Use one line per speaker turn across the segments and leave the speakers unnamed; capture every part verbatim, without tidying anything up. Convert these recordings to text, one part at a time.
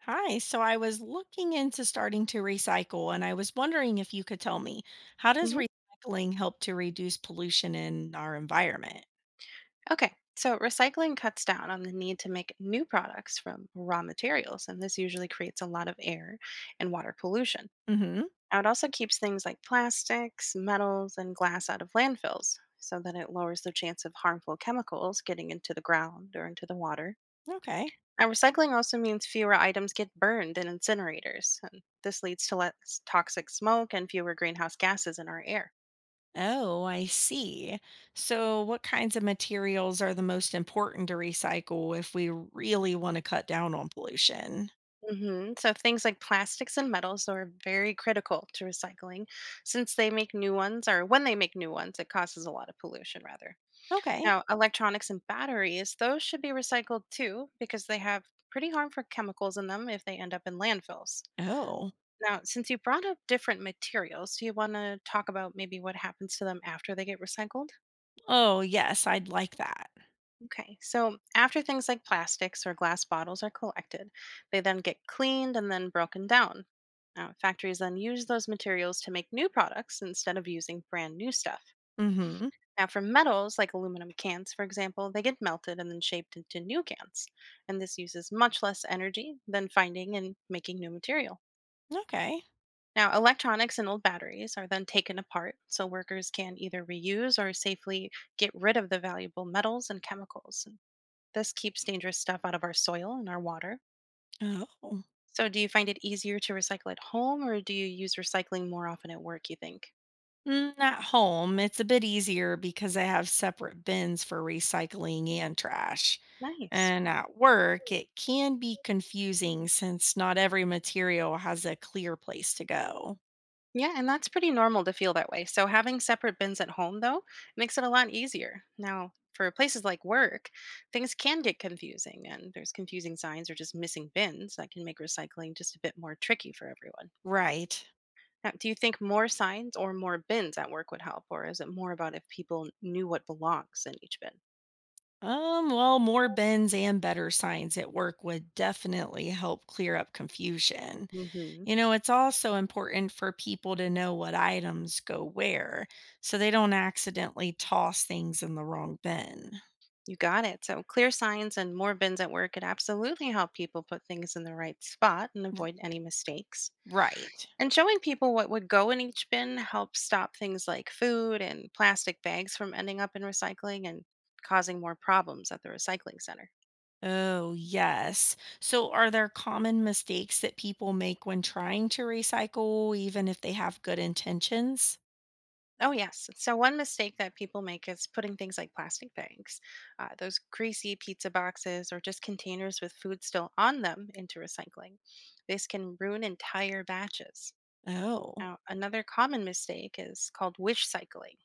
Hi, so I was looking into starting to recycle and I was wondering if you could tell me, how does
hmm
recycling help to reduce pollution in our environment?
Okay, so recycling cuts down on the need to make new products from raw materials, and this usually creates a lot of air and water pollution.
Mhm.
Now, it also keeps things like plastics, metals, and glass out of landfills so that it lowers the chance of harmful chemicals getting into the ground or into the water.
Okay.
Now, recycling also means fewer items get burned in incinerators, and this leads to less toxic smoke and fewer greenhouse gases in our air.
Oh, I see. So what kinds of materials are the most important to recycle if we really want to cut down on pollution?
hmm So things like plastics and metals are very critical to recycling since they make new ones, or when they make new ones, it causes a lot of pollution, rather.
Okay.
Now, electronics and batteries, those should be recycled too because they have pretty harmful chemicals in them if they end up in landfills.
Oh.
Now, since you brought up different materials, do you want to talk about maybe what happens to them after they get recycled?
Oh, yes, I'd like that.
Okay, so after things like plastics or glass bottles are collected, they then get cleaned and then broken down. Now, factories then use those materials to make new products instead of using brand new stuff.
Mhm.
Now, for metals like aluminum cans, for example, they get melted and then shaped into new cans. And this uses much less energy than finding and making new material.
Okay.
Now, electronics and old batteries are then taken apart so workers can either reuse or safely get rid of the valuable metals and chemicals. This keeps dangerous stuff out of our soil and our water.
Oh.
So, do you find it easier to recycle at home or do you use recycling more often at work, you think?
Mm, at home, it's a bit easier because I have separate bins for recycling and trash.
Nice.
And at work, it can be confusing since not every material has a clear place to go.
Yeah, and that's pretty normal to feel that way. So, having separate bins at home, though, makes it a lot easier. Now, for places like work, things can get confusing, and there's confusing signs or just missing bins that can make recycling just a bit more tricky for everyone.
Right.
Now, do you think more signs or more bins at work would help, or is it more about if people knew what belongs in each bin?
Um, well, more bins and better signs at work would definitely help clear up confusion.
hmm
You know, it's also important for people to know what items go where so they don't accidentally toss things in the wrong bin.
You got it. So, clear signs and more bins at work could absolutely help people put things in the right spot and
R-
avoid any mistakes.
Right.
And showing people what would go in each bin helps stop things like food and plastic bags from ending up in recycling and causing more problems at the recycling center.
Oh, yes. So, are there common mistakes that people make when trying to recycle, even if they have good intentions?
Oh, yes. So, one mistake that people make is putting things like plastic bags, uh, those greasy pizza boxes, or just containers with food still on them into recycling. This can ruin entire batches.
Oh,
Now, another common mistake is called wish cycling.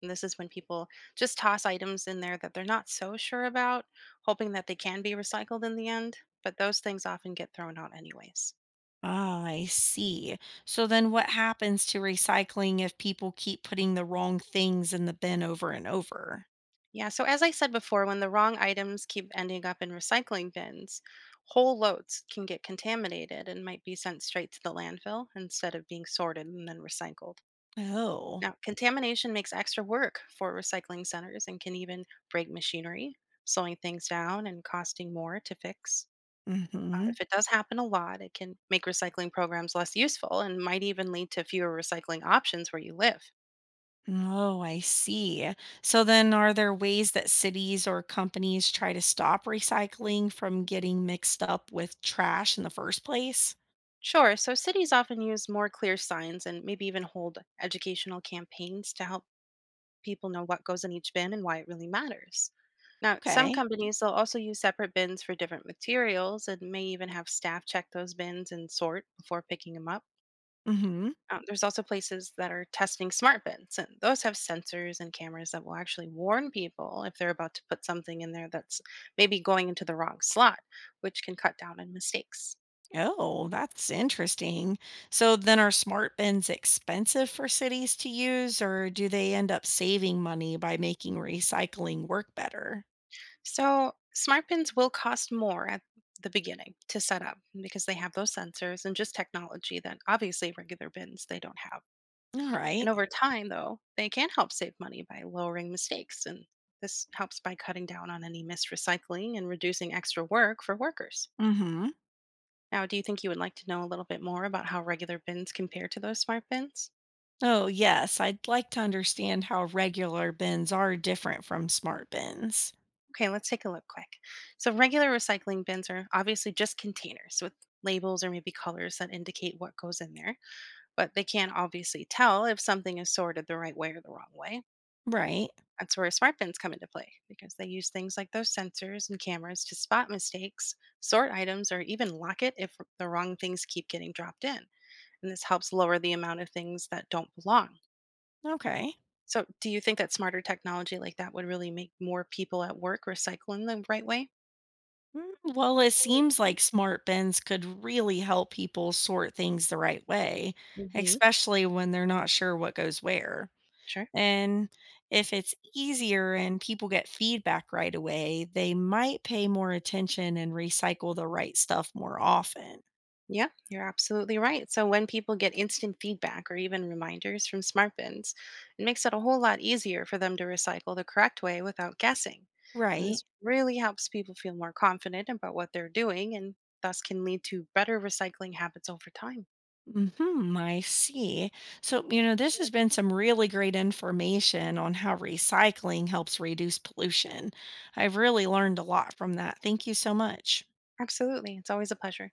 And this is when people just toss items in there that they're not so sure about, hoping that they can be recycled in the end. But those things often get thrown out, anyways.
ah, I see. So, then what happens to recycling if people keep putting the wrong things in the bin over and over?
Yeah, so as I said before, when the wrong items keep ending up in recycling bins, whole loads can get contaminated and might be sent straight to the landfill instead of being sorted and then recycled.
Oh,
Now, contamination makes extra work for recycling centers and can even break machinery, slowing things down and costing more to fix. Uh,
mm-hmm.
if it does happen a lot, it can make recycling programs less useful and might even lead to fewer recycling options where you live.
Oh, I see. So, then are there ways that cities or companies try to stop recycling from getting mixed up with trash in the first place?
Sure, so cities often use more clear signs and maybe even hold educational campaigns to help people know what goes in each bin and why it really matters. Now, some
Okay.
companies will also use separate bins for different materials and may even have staff check those bins and sort before picking them up.
Mm hmm.
Um, there's also places that are testing smart bins, and those have sensors and cameras that will actually warn people if they're about to put something in there that's maybe going into the wrong slot, which can cut down on mistakes.
Oh, that's interesting. So then are smart bins expensive for cities to use, or do they end up saving money by making recycling work better?
So smart pins will cost more at the beginning to set up because they have those sensors and just technology that obviously regular bins they don't have.
All
And
right.
over time though, they can help save money by lowering mistakes and this helps by cutting down on any missed recycling and reducing extra work for workers.
Mm-hmm.
Now, do you think you would like to know a little bit more about how regular bins compare to those smart bins?
Oh, yes. I'd like to understand how regular bins are different from smart bins.
Okay, let's take a look quick. So, regular recycling bins are obviously just containers with labels or maybe colors that indicate what goes in there but they can't obviously tell if something is sorted the right way or the wrong way.
Right.
That's where smart bins come into play because they use things like those sensors and cameras to spot mistakes, sort items, or even lock it if the wrong things keep getting dropped in. And this helps lower the amount of things that don't belong.
Okay.
So, do you think that smarter technology like that would really make more people at work recycle in the right way?
Mm, well, it seems like smart bins could really help people sort things the right way,
Hmm.
especially when they're not sure what goes where.
Sure.
And if it's easier and people get feedback right away, they might pay more attention and recycle the right stuff more often.
Yeah, you're absolutely right. So when people get instant feedback or even reminders from smart bins, it makes it a whole lot easier for them to recycle the correct way without guessing. And
Right.
this really helps people feel more confident about what they're doing and thus can lead to better recycling habits over time.
Hmm, I see. So, you know, this has been some really great information on how recycling helps reduce pollution. I've really learned a lot from that. Thank you so much.
Absolutely. It's always a pleasure.